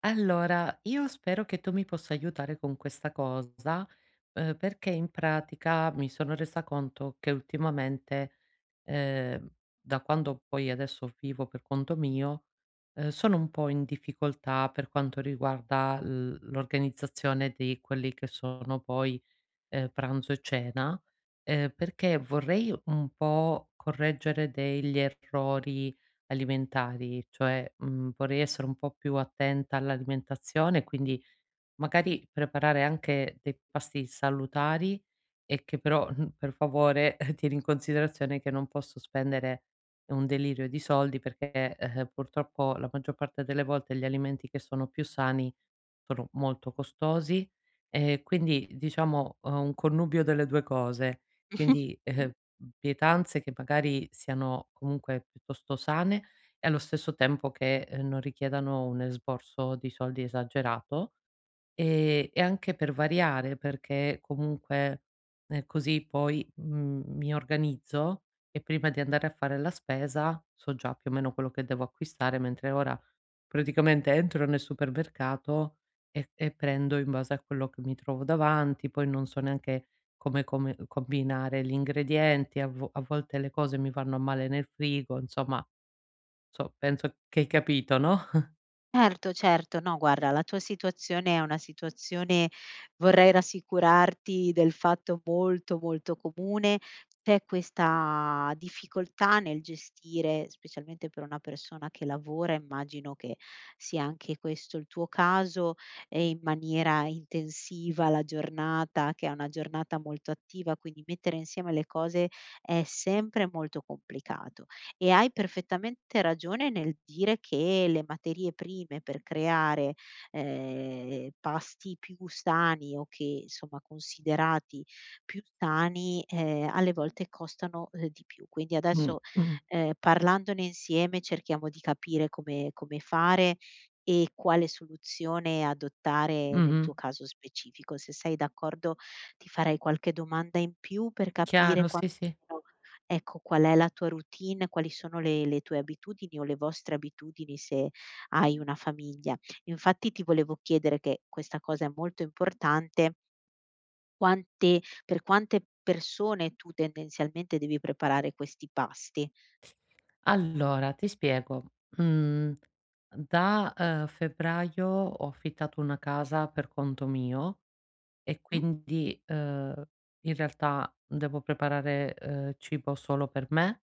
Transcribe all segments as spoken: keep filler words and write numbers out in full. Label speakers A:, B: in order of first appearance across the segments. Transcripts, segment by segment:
A: Allora, io spero che tu mi possa aiutare con questa cosa, uhm, perché in pratica mi sono resa conto che ultimamente, ehm, da quando poi adesso vivo per conto mio, uhm, sono un po' in difficoltà per quanto riguarda l l'organizzazione di quelli che sono poi ehm, pranzo e cena, ehm, perché vorrei un po' correggere degli errori alimentari, cioè, mhmm, vorrei essere un po' più attenta all'alimentazione, quindi magari preparare anche dei pasti salutari e che però, mhmm, per favore, tieni in considerazione che non posso spendere un delirio di soldi perché, eh, purtroppo la maggior parte delle volte gli alimenti che sono più sani sono molto costosi, ehm, quindi diciamo, uhm, un connubio delle due cose. Quindi, ehm, pietanze che magari siano comunque piuttosto sane e allo stesso tempo che, ehm, non richiedano un esborso di soldi esagerato, ehm, e anche per variare, perché comunque, ehm, così poi, mhmm, mi organizzo e prima di andare a fare la spesa so già più o meno quello che devo acquistare, mentre ora praticamente entro nel supermercato e e prendo in base a quello che mi trovo davanti, poi non so neanche come come combinare gli ingredienti, a vo a volte le cose mi vanno a male nel frigo, insomma, so penso che hai capito, no?
B: Certo, certo. No, guarda, la tua situazione è una situazione, vorrei rassicurarti del fatto molto, molto comune. C'è questa difficoltà nel gestire, specialmente per una persona che lavora, immagino che sia anche questo il tuo caso, e in maniera intensiva la giornata, che è una giornata molto attiva, quindi mettere insieme le cose è sempre molto complicato. E hai perfettamente ragione nel dire che le materie prime per creare, ehm, pasti più sani o che insomma considerati più sani, ehm, alle volte costano, ehm, di più. Quindi
A: Mh,
B: adesso,
A: mh.
B: ehm, parlandone insieme cerchiamo di capire come come fare e quale soluzione adottare nel
A: Mh-mh.
B: tuo caso specifico. Se sei d'accordo ti farei qualche domanda in più per capire
A: Chiaro,
B: quanto.
A: sì, sì.
B: Ecco, qual è la tua routine, quali sono le le tue abitudini o le vostre abitudini se hai una famiglia. Infatti ti volevo chiedere che questa cosa è molto importante, quante per quante persone tu tendenzialmente devi preparare questi pasti?
A: Allora ti spiego, mhmm, da, ehm, febbraio ho affittato una casa per conto mio. E
B: Mh,
A: quindi, uhm, in realtà devo preparare, uhm, cibo solo per me.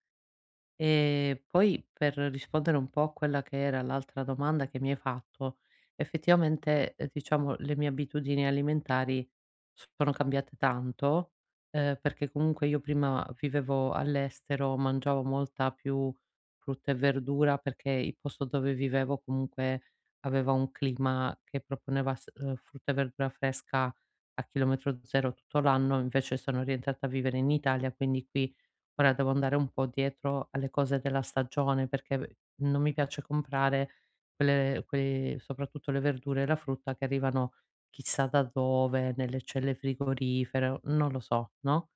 A: E poi per rispondere un po' a quella che era l'altra domanda che mi hai fatto, effettivamente, ehm, diciamo le mie abitudini alimentari sono cambiate tanto, ehm, perché comunque io prima vivevo all'estero, mangiavo molta più frutta e verdura perché il posto dove vivevo comunque aveva un clima che proponeva s ehm, frutta e verdura fresca a chilometro zero tutto l'anno. Invece sono rientrata a vivere in Italia, quindi qui ora devo andare un po' dietro alle cose della stagione perché v non mi piace comprare quelle quei soprattutto le verdure e la frutta che arrivano chissà da dove, nelle celle frigorifere o non lo so, no,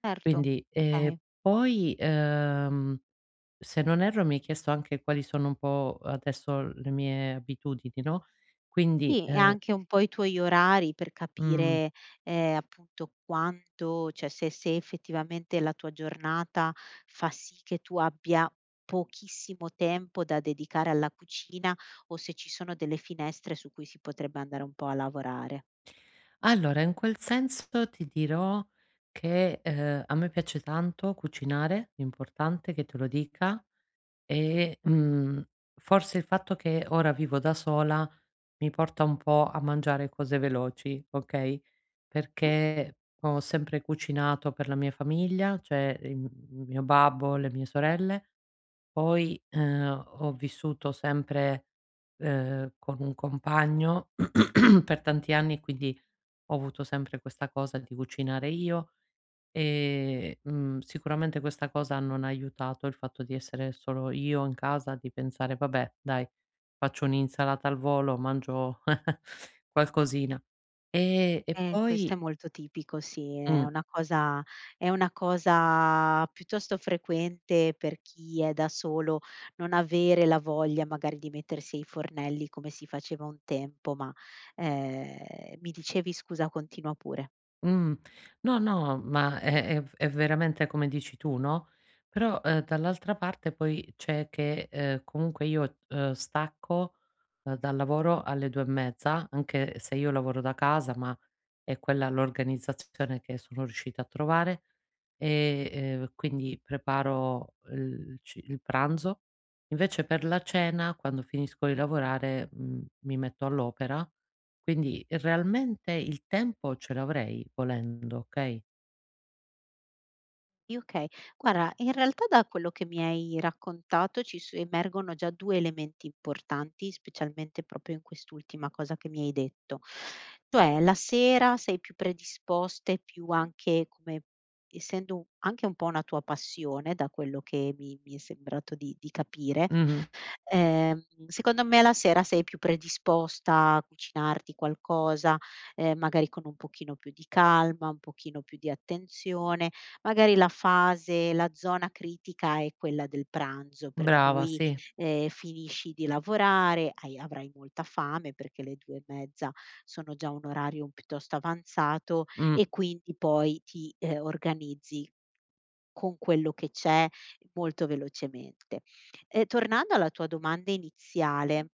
B: certo,
A: quindi ehm,
B: okay.
A: poi, ehm, se non erro mi hai chiesto anche quali sono un po' adesso le mie abitudini, no, quindi,
B: Sì, e
A: ehm
B: anche un po' i tuoi orari per
A: mh.
B: capire, ehm, appunto quanto, cioè se se effettivamente la tua giornata fa sì che tu abbia pochissimo tempo da dedicare alla cucina o se ci sono delle finestre su cui si potrebbe andare un po' a lavorare.
A: Allora, in quel senso ti dirò che, ehm, a me piace tanto cucinare, importante che te lo dica, e, mhmm, forse il fatto che ora vivo da sola mi porta un po' a mangiare cose veloci, okay,
B: Mh.
A: perché ho sempre cucinato per la mia famiglia, cioè il m mio babbo, le mie sorelle, poi, ehm, ho vissuto sempre, ehm, con un compagno per tanti anni, quindi ho avuto sempre questa cosa di cucinare io e, mhmm, sicuramente questa cosa non ha aiutato il fatto di essere solo io in casa, di pensare: "Vabbè dai, faccio un'insalata al volo, mangio qualcosina". Ehm, e
B: Eh, questo è
A: poi
B: molto tipico, sì, è
A: mh,
B: una cosa, è una cosa piuttosto frequente per chi è da solo, non avere la voglia magari di mettersi ai fornelli come si faceva un tempo, ma, ehm, mi dicevi, scusa, continua pure.
A: mh, no, no, ma è è v è veramente come dici tu, no, però, ehm, dall'altra parte poi c'è che, ehm, comunque io, ehm, stacco, ehm, dal lavoro alle due e mezza, anche se io lavoro da casa, ma è quella l'organizzazione che sono riuscita a trovare e, ehm, quindi preparo il ci il pranzo. Invece per la cena, quando finisco di lavorare, mhmm, mi metto all'opera, quindi realmente il tempo ce l'avrei volendo, okay.
B: Sì, okay. Guarda, in realtà da quello che mi hai raccontato ci s emergono già due elementi importanti, specialmente proprio in quest'ultima cosa che mi hai detto. Cioè, la sera sei più predisposta e più anche come essendo un- anche un po' una tua passione, da quello che mi mi è sembrato di di capire,
A: Mh-mh.
B: ehm, secondo me la sera sei più predisposta a cucinarti qualcosa, ehm, magari con un pochino più di calma, un pochino più di attenzione. Magari la fase, la zona critica è quella del pranzo, per
A: Brava,
B: cui,
A: sì.
B: ehm, finisci di lavorare, hai avrai molta fame perché le due e mezza sono già un orario piuttosto avanzato
A: Mh,
B: e quindi poi ti, ehm, organizzi con quello che c'è molto velocemente. Ehm, tornando alla tua domanda iniziale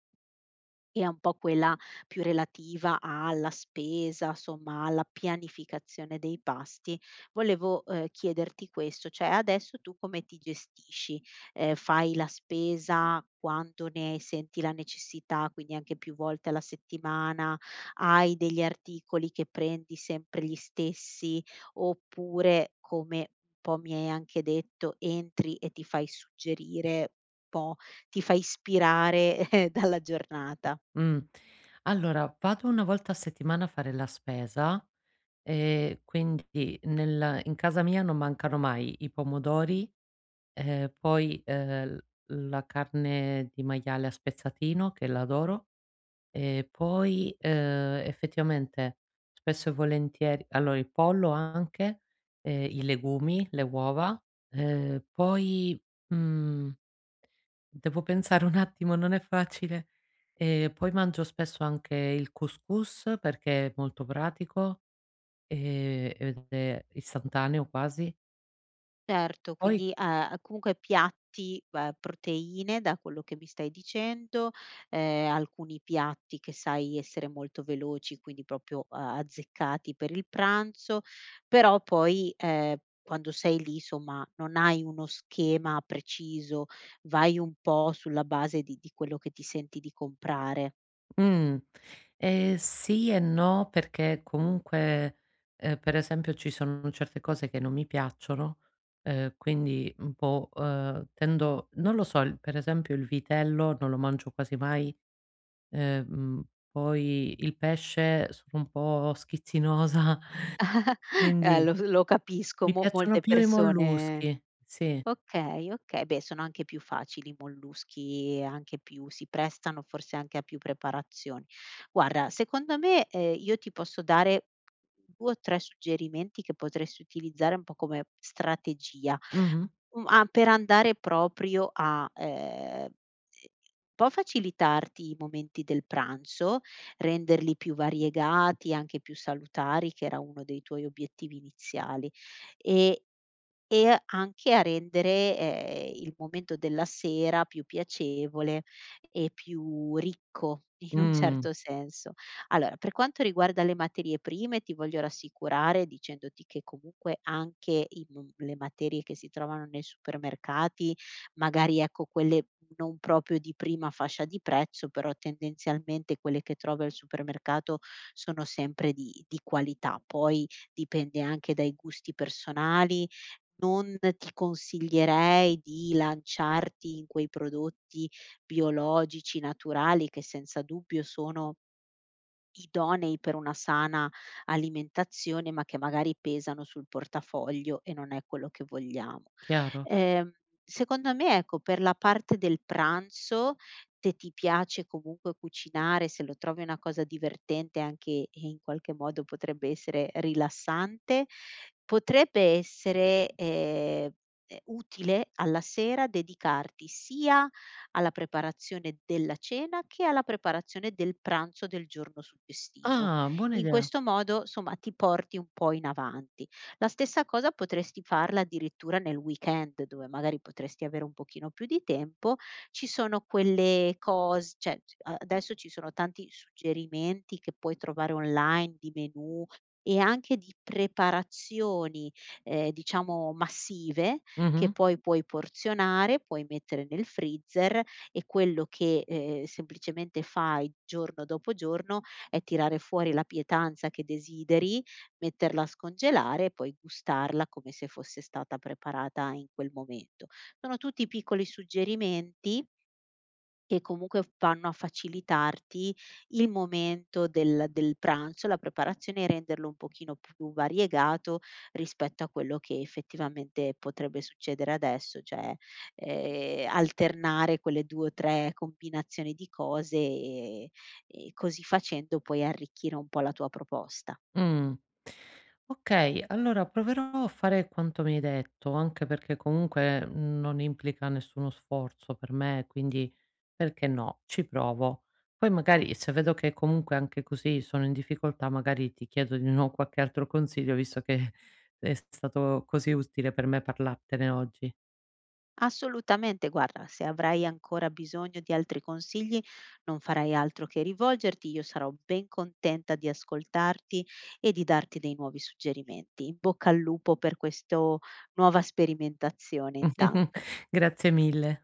B: e È un po' quella più relativa alla spesa, somma alla pianificazione dei pasti. Volevo, ehm, chiederti questo, cioè adesso tu come ti gestisci? Ehm, fai la spesa quando ne senti la necessità, quindi anche più volte alla settimana? Hai degli articoli che prendi sempre gli stessi? Oppure, come un po' mi hai anche detto, entri e ti fai suggerire un po', ti fai ispirare eh, dalla giornata?
A: mh. Allora, vado una volta a settimana a fare la spesa e quindi nel in casa mia non mancano mai i pomodori. Ehm, poi, ehm, l la carne di maiale a spezzatino, che l'adoro, e poi, ehm, effettivamente spesso e volentieri allora il pollo anche, ehm, i legumi, le uova, ehm, poi, mhmm, devo pensare un attimo, non è facile. Ehm, poi mangio spesso anche il couscous perché è molto pratico, ehm, ed è istantaneo quasi.
B: Certo,
A: Poi
B: quindi, ehm, comunque piatti, ehm, proteine da quello che mi stai dicendo, ehm, alcuni piatti che sai essere molto veloci, quindi proprio a azzeccati per il pranzo, però poi, ehm, quando sei lì somma non hai uno schema preciso, vai un po' sulla base di di quello che ti senti di comprare.
A: mh. Ehm, sì e no, perché comunque, ehm, per esempio ci sono certe cose che non mi piacciono, ehm, quindi un po', ehm, tendo non lo so, il per esempio il vitello non lo mangio quasi mai, ehm, poi il pesce sono un po' schizzinosa,
B: Eh
A: quindi
B: lo lo capisco,
A: mi
B: mo
A: piacciono
B: molte
A: più i
B: persone.
A: molluschi. Sì.
B: Okay, okay. Beh, sono anche più facili i molluschi e anche più si prestano forse anche a più preparazioni. Guarda, secondo me, ehm, io ti posso dare due o tre suggerimenti che potresti utilizzare un po' come strategia,
A: Mh-mh.
B: mhmm, a per andare proprio a, ehm, un po' facilitarti i momenti del pranzo, renderli più variegati, anche più salutari, che era uno dei tuoi obiettivi iniziali. E e anche a rendere, ehm, il momento della sera più piacevole e più ricco, in un
A: Mh,
B: certo senso. Allora, per quanto riguarda le materie prime, ti voglio rassicurare dicendoti che comunque anche i mom le materie che si trovano nei supermercati, magari ecco quelle non proprio di prima fascia di prezzo, però tendenzialmente quelle che trovi al supermercato sono sempre di di qualità. Poi dipende anche dai gusti personali, non ti consiglierei di lanciarti in quei prodotti biologici, naturali, che senza dubbio sono idonei per una sana alimentazione, ma che magari pesano sul portafoglio e non è quello che vogliamo.
A: chiaro.
B: Ehm, Secondo me, ecco, per la parte del pranzo, se ti piace comunque cucinare, se lo trovi una cosa divertente anche e in qualche modo potrebbe essere rilassante, potrebbe essere, ehm, ehm, utile alla sera dedicarti sia alla preparazione della cena che alla preparazione del pranzo del giorno successivo.
A: Ah, buona
B: In
A: idea.
B: questo modo, insomma, ti porti un po' in avanti. La stessa cosa potresti farla addirittura nel weekend, dove magari potresti avere un pochino più di tempo. Ci sono quelle cose, cioè a- adesso ci sono tanti suggerimenti che puoi trovare online di menù e anche di preparazioni, eh, diciamo, massive che
A: Mh-mh.
B: poi puoi porzionare, puoi mettere nel freezer e quello che, ehm, semplicemente fai giorno dopo giorno è tirare fuori la pietanza che desideri, metterla a scongelare e poi gustarla come se fosse stata preparata in quel momento. Sono tutti piccoli suggerimenti che comunque f vanno a facilitarti il momento del del pranzo, la preparazione e renderlo un pochino più variegato rispetto a quello che effettivamente potrebbe succedere adesso, cioè, ehm, alternare quelle due o tre combinazioni di cose e e così facendo puoi arricchire un po' la tua proposta.
A: Mh. Okay, allora proverò a fare quanto mi hai detto, anche perché comunque non implica nessuno sforzo per me, quindi perché no, ci provo. Poi magari se vedo che comunque anche così sono in difficoltà, magari ti chiedo di nuovo qualche altro consiglio, visto che è stato così utile per me parlartene oggi.
B: Assolutamente, guarda, se avrai ancora bisogno di altri consigli, non farai altro che rivolgerti, io sarò ben contenta di ascoltarti e di darti dei nuovi suggerimenti. In bocca al lupo per questa nuova sperimentazione intanto.
A: Grazie mille.